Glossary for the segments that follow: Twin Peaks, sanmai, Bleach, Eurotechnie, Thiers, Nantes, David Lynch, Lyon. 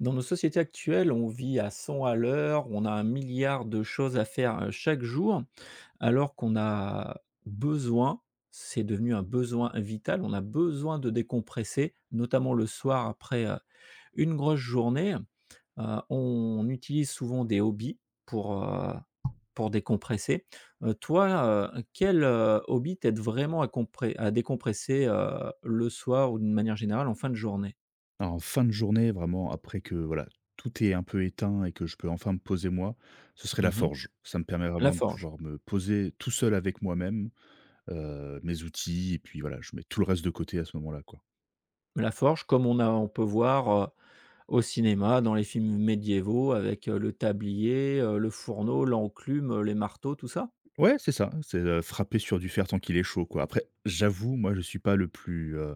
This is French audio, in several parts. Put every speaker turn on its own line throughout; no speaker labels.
Dans nos sociétés actuelles, on vit à 100 à l'heure, on a un milliard de choses à faire, chaque jour, alors qu'on a besoin, c'est devenu un besoin vital, on a besoin de décompresser, notamment le soir après, une grosse journée. On utilise souvent des hobbies pour, heu, pour décompresser. Toi, quel, hobby t'aide vraiment à compré à décompresser, le soir ou d'une manière générale en fin de journée?
Alors, en fin de journée, vraiment après que voilà, tout est un peu éteint et que je peux enfin me poser moi, ce serait la
Mmh.
forge. Ça me permet
La
vraiment de
forge.
pouvoir me poser tout seul avec moi-même, mes outils et puis voilà, je mets tout le reste de côté à ce moment-là, quoi.
La forge, comme on peut voir, au cinéma, dans les films médiévaux avec, le tablier, le fourneau, l'enclume, les marteaux, tout ça?
Ouais, c'est ça, c'est, frapper sur du fer tant qu'il est chaud, quoi. Après, j'avoue, moi, je suis pas le plus,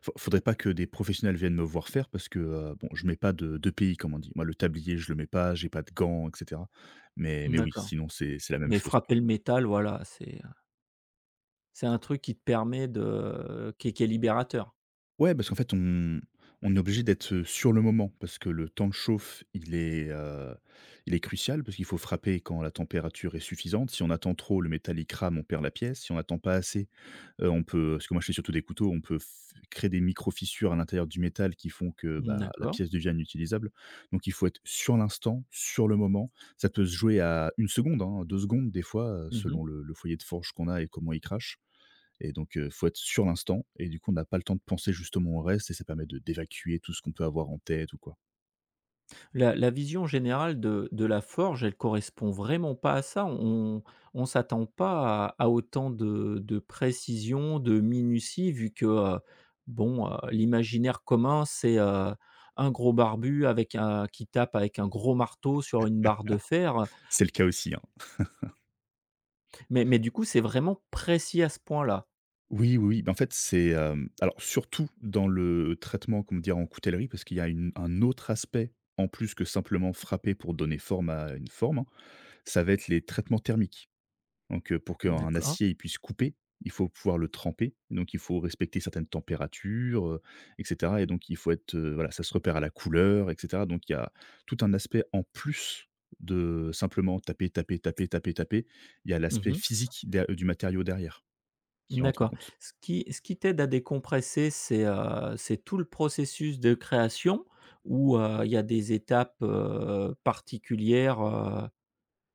faut faudrait pas que des professionnels viennent me voir faire parce que, bon, je mets pas de d'EPI, comme on dit. Moi, le tablier, je le mets pas, j'ai pas de gants et cetera. Mais oui,
D'accord,
sinon c'est la même
mais
chose.
frapper le métal, voilà, c'est un truc qui te permet de qui est libérateur.
Ouais, parce qu'en fait, on est obligé d'être, sur le moment parce que le temps de chauffe, il est crucial parce qu'il faut frapper quand la température est suffisante. Si on attend trop, le métal il crame, on perd la pièce. Si on attend pas assez, on peut parce que moi je fais surtout des couteaux, on peut f créer des micro-fissures à l'intérieur du métal qui font que, bah, la
D'accord.
pièce devient inutilisable. Donc il faut être sur l'instant, sur le moment. Ça peut se jouer à une seconde, hein, 2 secondes des fois,
Mmh.
selon le foyer de forge qu'on a et comment il crache. Et donc, faut être sur l'instant et du coup, on n'a pas le temps de penser justement au reste et ça permet de d'évacuer tout ce qu'on peut avoir en tête ou quoi.
La vision générale de la forge, elle correspond vraiment pas à ça. On s'attend pas à autant de précision, de minutie vu que, bon, l'imaginaire commun, c'est, un gros barbu avec un qui tape avec un gros marteau sur une barre de fer,
C'est le cas aussi, hein?
mais du coup, c'est vraiment précis à ce point-là.
Oui, oui, oui. Bah, en fait, c'est, alors surtout dans le traitement, comment dire, en coutellerie, parce qu'il y a une un autre aspect en plus que simplement frapper pour donner forme à une forme, hein, ça va être les traitements thermiques. Donc, pour qu'un
D'accord.
acier, il puisse couper, il faut pouvoir le tremper. Donc il faut respecter certaines températures, et cetera et donc il faut être, voilà, ça se repère à la couleur et cetera. Donc il y a tout un aspect en plus de simplement taper, taper, taper, taper, taper. Il y a l'aspect
Mmh.
physique der du matériau derrière qui rentre en
D'accord.
compte.
Ce qui t'aide à décompresser, c'est tout le processus de création où il y a des étapes, particulières, heu,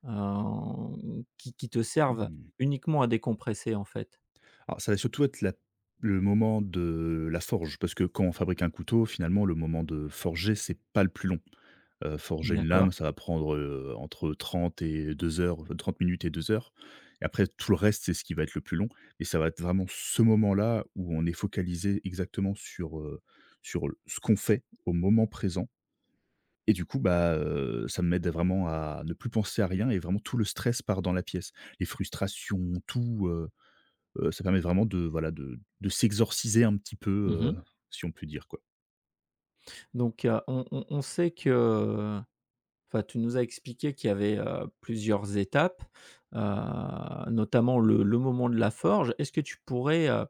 hem, qui te servent
Mmh.
uniquement à décompresser, en fait?
Alors ça va surtout être la le moment de la forge parce que quand on fabrique un couteau, finalement, le moment de forger, c'est pas le plus long. Forger une
D'accord.
lame, ça va prendre, entre 30 minutes et 2 heures, et après tout le reste, c'est ce qui va être le plus long et ça va être vraiment ce moment-là où on est focalisé exactement sur ce qu'on fait au moment présent. Et du coup, bah, ça m'aide vraiment à ne plus penser à rien et vraiment tout le stress part dans la pièce. Les frustrations, tout, ça permet vraiment de, voilà, de s'exorciser un petit peu,
Mmh.
si on peut dire, quoi.
Donc, on sait que enfin, tu nous as expliqué qu'il y avait, plusieurs étapes, notamment le moment de la forge. Est-ce que tu pourrais, euh,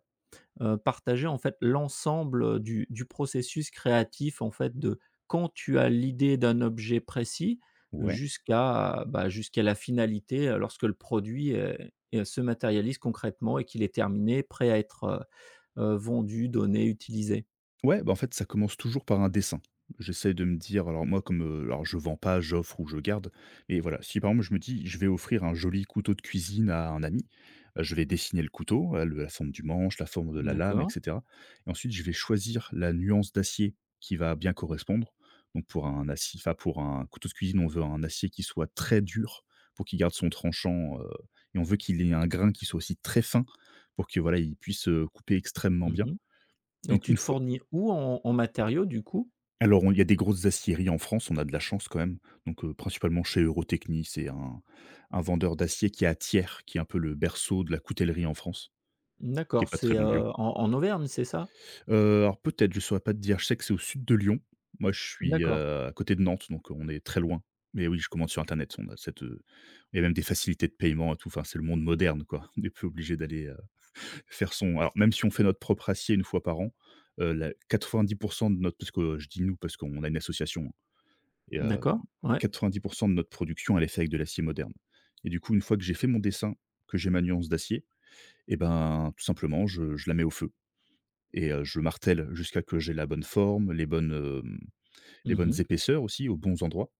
heu, partager en fait l'ensemble, du processus créatif en fait de quand tu as l'idée d'un objet précis
Ouais.
jusqu'à, bah, jusqu'à la finalité, lorsque le produit est est se matérialise concrètement et qu'il est terminé, prêt à être, vendu, donné, utilisé.
Ouais, bah, en fait, ça commence toujours par un dessin. J'essaie de me dire alors moi comme, alors je vends pas, j'offre ou je garde. Et voilà, si par exemple je me dis: «Je vais offrir un joli couteau de cuisine à un ami», je vais dessiner le couteau, le la forme du manche, la forme de la lame et
D'accord.
cetera, et ensuite je vais choisir la nuance d'acier qui va bien correspondre. Donc pour un acier, enfin pour un couteau de cuisine, on veut un acier qui soit très dur pour qu'il garde son tranchant, et on veut qu'il ait un grain qui soit aussi très fin pour que voilà, il puisse, couper extrêmement bien.
Mmh. Et
Donc
tu
une
te
fois
fournis où en matériaux du coup?
alors on il y a des grosses aciéries en France, on a de la chance quand même, donc principalement chez Eurotechnie, c'est un vendeur d'acier qui est à Thiers, qui est un peu le berceau de la coutellerie en France, qui est
D'accord,
pas très
c'est,
loin de Lyon.
en Auvergne, c'est ça?
Alors peut-être, je saurais pas te dire, je sais que c'est au sud de Lyon. Moi je suis,
D'accord.
à côté de Nantes, donc on est très loin. Mais oui, je commande sur internet, il y a même des facilités de paiement et tout, enfin c'est le monde moderne quoi. On n'est plus obligé d'aller, faire son alors même si on fait notre propre acier une fois par an, la 90% de notre, parce que je dis «nous» parce qu'on a une association, et
D'accord, ouais.
90 de notre production, elle est faite avec de l'acier moderne. Et du coup, une fois que j'ai fait mon dessin, que j'ai ma nuance d'acier, et ben, tout simplement, je la mets au feu et je martèle jusqu'à que j'ai la bonne forme, les bonnes, les bonnes
Mmh.
épaisseurs aussi, aux bons endroits.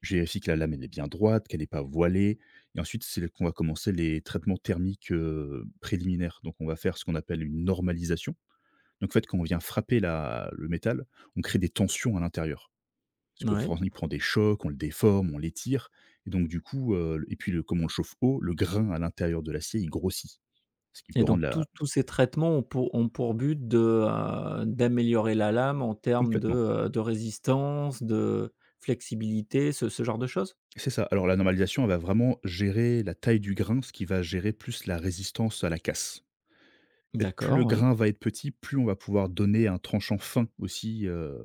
Je vérifie que la lame, elle est bien droite, qu'elle n'est pas voilée, et ensuite, c'est là qu'on va commencer les traitements thermiques, préliminaires. Donc on va faire ce qu'on appelle une normalisation. Donc en fait, quand on vient frapper la le métal, on crée des tensions à l'intérieur. Parce que
Ouais.
forcément, il prend des chocs, on le déforme, on l'étire, et donc du coup, et puis le comme on le chauffe haut, le grain à l'intérieur de l'acier, il grossit. Ce qui
Et
peut
donc
rendre
tous
la...
tous ces traitements ont pour but de, d'améliorer la lame en termes
Complètement.
de résistance, de flexibilité, ce genre de choses?
C'est ça. Alors la normalisation, elle va vraiment gérer la taille du grain, ce qui va gérer plus la résistance à la casse. En fait, plus le
D'accord, ouais.
grain va être petit, plus on va pouvoir donner un tranchant fin aussi,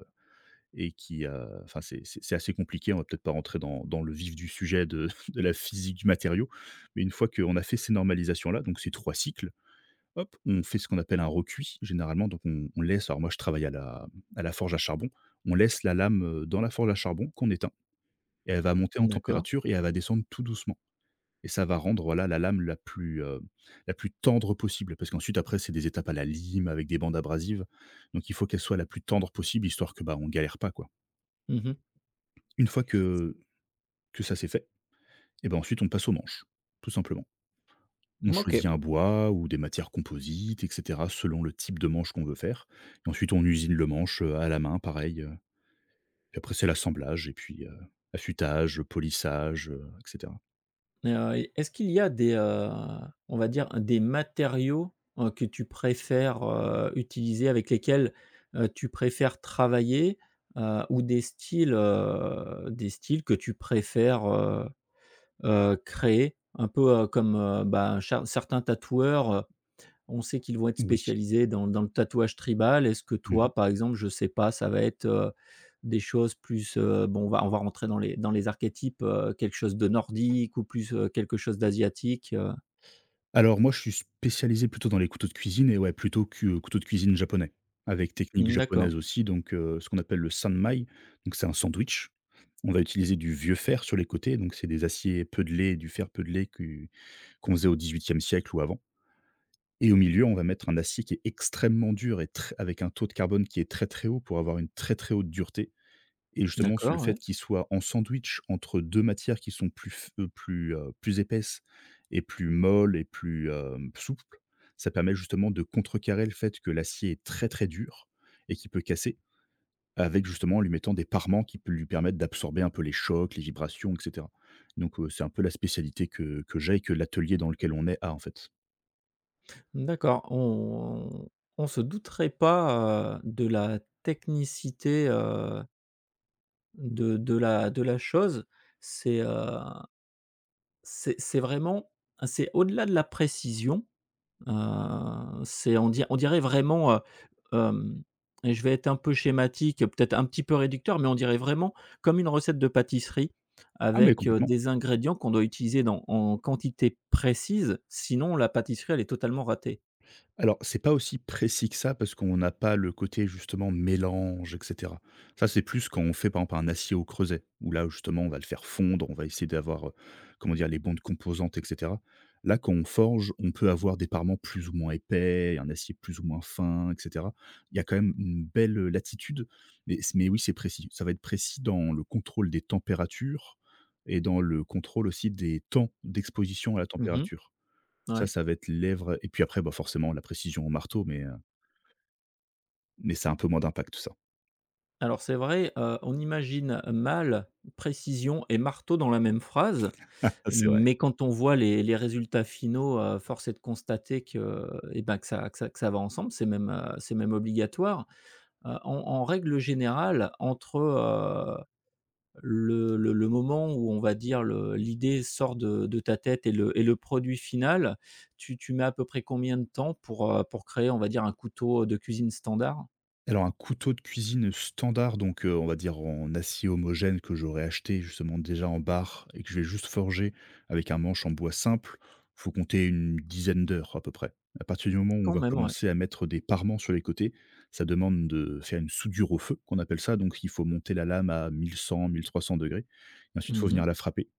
et qui, enfin c'est assez compliqué, on va peut-être pas rentrer dans le vif du sujet de de la physique du matériau, mais une fois qu'on a fait ces normalisations là, donc ces 3 cycles, hop, on fait ce qu'on appelle un recuit généralement, donc on laisse alors moi je travaille à la forge à charbon, on laisse la lame, dans la forge à charbon qu'on éteint, et elle va monter en
D'accord.
température et elle va descendre tout doucement, et ça va rendre voilà la lame la plus tendre possible, parce qu'ensuite après c'est des étapes à la lime avec des bandes abrasives, donc il faut qu'elle soit la plus tendre possible, histoire que, bah, on galère pas quoi.
Mmh.
Une fois que ça c'est fait, et ben ensuite on passe aux manches, tout simplement. On
OK.
choisit un bois ou des matières composites, et cetera, selon le type de manche qu'on veut faire. Et ensuite, on usine le manche, à la main, pareil. Puis après, c'est l'assemblage et puis, affûtage, polissage, et cetera.
Et et est-ce qu'il y a des, on va dire des matériaux, que tu préfères, utiliser, avec lesquels, tu préfères travailler, ou des styles, que tu préfères, créés, un peu, comme, bah, char certains tatoueurs, on sait qu'ils vont être
Oui.
spécialisés dans le tatouage tribal. Est-ce que
Mmh.
toi, par exemple, je sais pas, ça va être, des choses plus, bon, on va rentrer dans les archétypes, quelque chose de nordique ou plus, quelque chose d'asiatique,
Alors moi, je suis spécialisé plutôt dans les couteaux de cuisine et ouais, plutôt cu couteau de cuisine japonais, avec technique
Mmh, d'accord,
japonaise aussi, donc ce qu'on appelle le sanmai, donc c'est un sandwich. On va utiliser du vieux fer sur les côtés, donc c'est des aciers peudelés, du fer peudelé que qu'on faisait au XVIIIe siècle ou avant, et au milieu, on va mettre un acier qui est extrêmement dur et tr avec un taux de carbone qui est très, très haut pour avoir une très, très haute dureté. Et justement, le
d'accord, ouais.
fait qu'il soit en sandwich entre 2 matières qui sont plus f plus, plus épaisses et plus molles et plus, souples, ça permet justement de contrecarrer le fait que l'acier est très, très dur et qui peut casser, avec justement en lui mettant des parements qui peut lui permettre d'absorber un peu les chocs, les vibrations et cetera. Donc, c'est un peu la spécialité que j'ai et que l'atelier dans lequel on est a, en fait.
D'accord, on se douterait pas, de la technicité, de la chose. C'est, heu C'est vraiment c'est au-delà de la précision, c'est on dirait vraiment, hem, je vais être un peu schématique, peut-être un petit peu réducteur, mais on dirait vraiment comme une recette de pâtisserie
Ah mais
avec,
complètement.
des ingrédients qu'on doit utiliser dans en quantité précise, sinon la pâtisserie, elle est totalement ratée.
Alors, c'est pas aussi précis que ça parce qu'on n'a pas le côté justement mélange, et cetera. Ça, c'est plus quand on fait par exemple un acier au creuset, où là justement on va le faire fondre, on va essayer d'avoir, comment dire? Les bonnes composantes et cetera. Là, quand on forge, on peut avoir des parements plus ou moins épais, un acier plus ou moins fin, et cetera. Il y a quand même une belle, latitude, mais oui, c'est précis. Ça va être précis dans le contrôle des températures et dans le contrôle aussi des temps d'exposition à la
Mmh,
température. Ça,
ouais.
ça va être lèvres et puis après, bah, forcément la précision au marteau, mais ça a un peu moins d'impact tout ça.
Alors c'est vrai, on imagine mal précision et marteau dans la même phrase.
Ah, c'est vrai.
Mais quand on voit les résultats finaux, force est de constater que, eh ben, que ça va ensemble, c'est même obligatoire. En en règle générale, entre, le moment où on va dire le l'idée sort de ta tête et le produit final, tu mets à peu près combien de temps pour créer, on va dire, un couteau de cuisine standard?
Alors un couteau de cuisine standard, donc on va dire en acier homogène que j'aurais acheté justement déjà en barre et que je vais juste forger avec un manche en bois simple, faut compter une dizaine d'heures à peu près. À partir du moment où on
Quand
va
même, ouais.
commencer à mettre des parements sur les côtés, ça demande de faire une soudure au feu qu'on appelle ça, donc il faut monter la lame à 1100-1300 degrés et ensuite il faut
Mmh.
venir la frapper.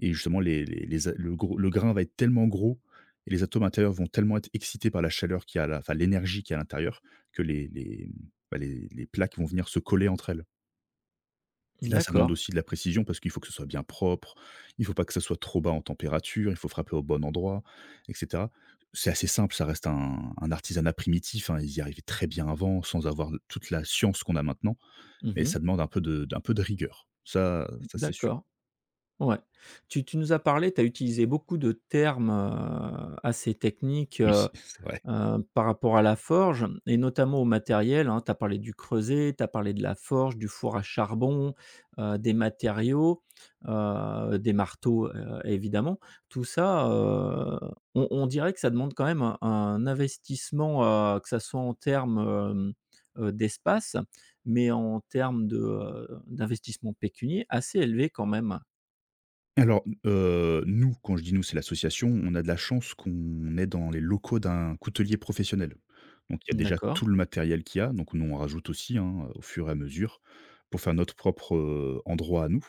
Et justement, les a le grain va être tellement gros et les atomes intérieurs vont tellement être excités par la chaleur qui a la enfin, l'énergie qui est à l'intérieur, que bah, les plaques vont venir se coller entre elles. Et là, ça demande
D'accord.
aussi de la précision parce qu'il faut que ce soit bien propre, il faut pas que ça soit trop bas en température, il faut frapper au bon endroit et cetera. C'est assez simple, ça reste un artisanat primitif, hein, ils y arrivaient très bien avant sans avoir toute la science qu'on a maintenant, mais
Mmh.
ça demande un peu de d'un peu de rigueur. Ça ça, c'est sûr.
D'accord. Ouais. Tu nous as parlé, tu as utilisé beaucoup de termes, assez techniques,
Oui, c'est vrai.
par rapport à la forge et notamment au matériel, hein. Tu as parlé du creuset, tu as parlé de la forge, du four à charbon, des matériaux, des marteaux, évidemment. Tout ça, on dirait que ça demande quand même un investissement, que ça soit en termes, d'espace, mais en termes de, d'investissement pécunier assez élevé quand même.
Alors, nous, quand je dis nous, c'est l'association, on a de la chance qu'on est dans les locaux d'un coutelier professionnel. Donc il y a déjà
D'accord.
tout le matériel qu'il y a, donc nous on rajoute aussi, hein, au fur et à mesure pour faire notre propre, endroit à nous.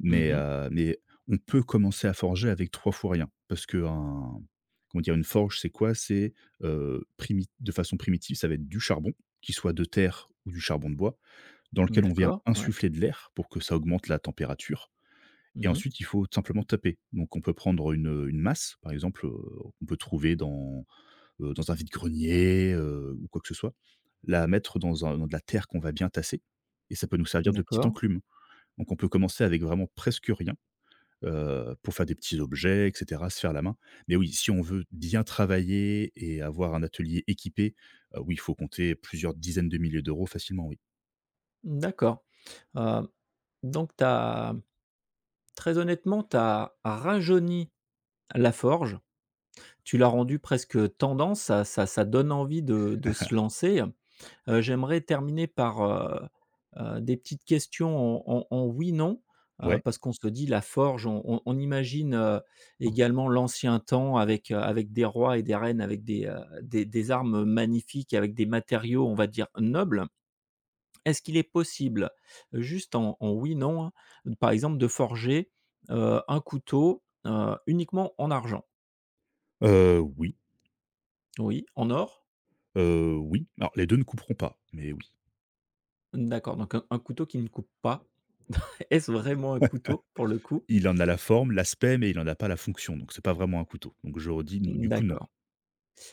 Mais,
Mmh.
heu, mais on peut commencer à forger avec 3 fois rien, parce qu'un comment dire? Une forge, c'est quoi? C'est, primi de façon primitive, ça va être du charbon, qu'il soit de terre ou du charbon de bois, dans lequel on vient
D'accord, ouais.
insuffler de l'air pour que ça augmente la température. Et
Mmh.
ensuite, il faut tout simplement taper. Donc on peut prendre une masse, par exemple, qu'on peut trouver dans, dans un vide-grenier, ou quoi que ce soit, la mettre dans de la terre qu'on va bien tasser, et ça peut nous servir de petite
D'accord.
enclume. Donc on peut commencer avec vraiment presque rien, pour faire des petits objets et cetera, se faire la main. Mais oui, si on veut bien travailler et avoir un atelier équipé, oui, il faut compter plusieurs dizaines de milliers d'euros facilement, oui.
D'accord. Heu, donc t'as très honnêtement, tu as rajeuni la forge. Tu l'as rendue presque tendance, ça donne envie de se lancer. J'aimerais terminer par, des petites questions en en oui/non,
Ouais,
parce qu'on se dit la forge, on imagine, également l'ancien temps avec, avec des rois et des reines, avec des, des armes magnifiques, avec des matériaux, on va dire nobles. Est-ce qu'il est possible, juste en oui/non, hein, par exemple de forger, un couteau, uniquement en argent?
oui,
Oui, en or?
oui. Alors les 2 ne couperont pas, mais oui.
D'accord, donc un couteau qui ne coupe pas. Est-ce vraiment un couteau pour le coup?
Il en a la forme, l'aspect, mais il en a pas la fonction, donc c'est pas vraiment un couteau. Donc je redis: «N du coup, non».
D'accord.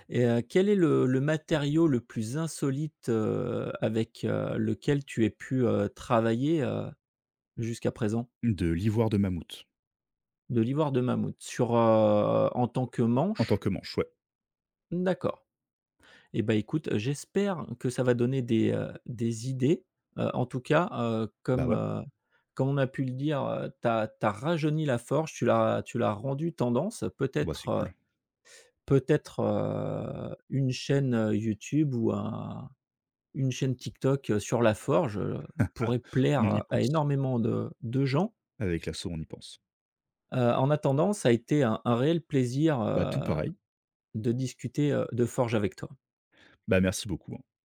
Et quel est le matériau le plus insolite, avec, lequel tu aies pu, travailler, jusqu'à présent?
De l'ivoire de mammouth,
De l'ivoire de mammouth sur, en tant que
en tant
manche?
que manche, ouais.
D'accord. Et ben écoute, j'espère que ça va donner des idées. En tout cas,
Bah,
comme,
ouais.
comme on a pu le dire, tu as rajeuni la forge, tu l'as rendue tendance.
Bah,
Peut-être,
c'est cool.
une chaîne, YouTube ou un. Une chaîne TikTok, sur la forge,
Ah,
pourrait plaire
on y
à
pense.
énormément de gens.
Avec l'assaut, on y pense.
En attendant, ça a été un réel plaisir,
Bah, tout pareil.
de discuter, de forge avec toi.
Bah, merci beaucoup, hein.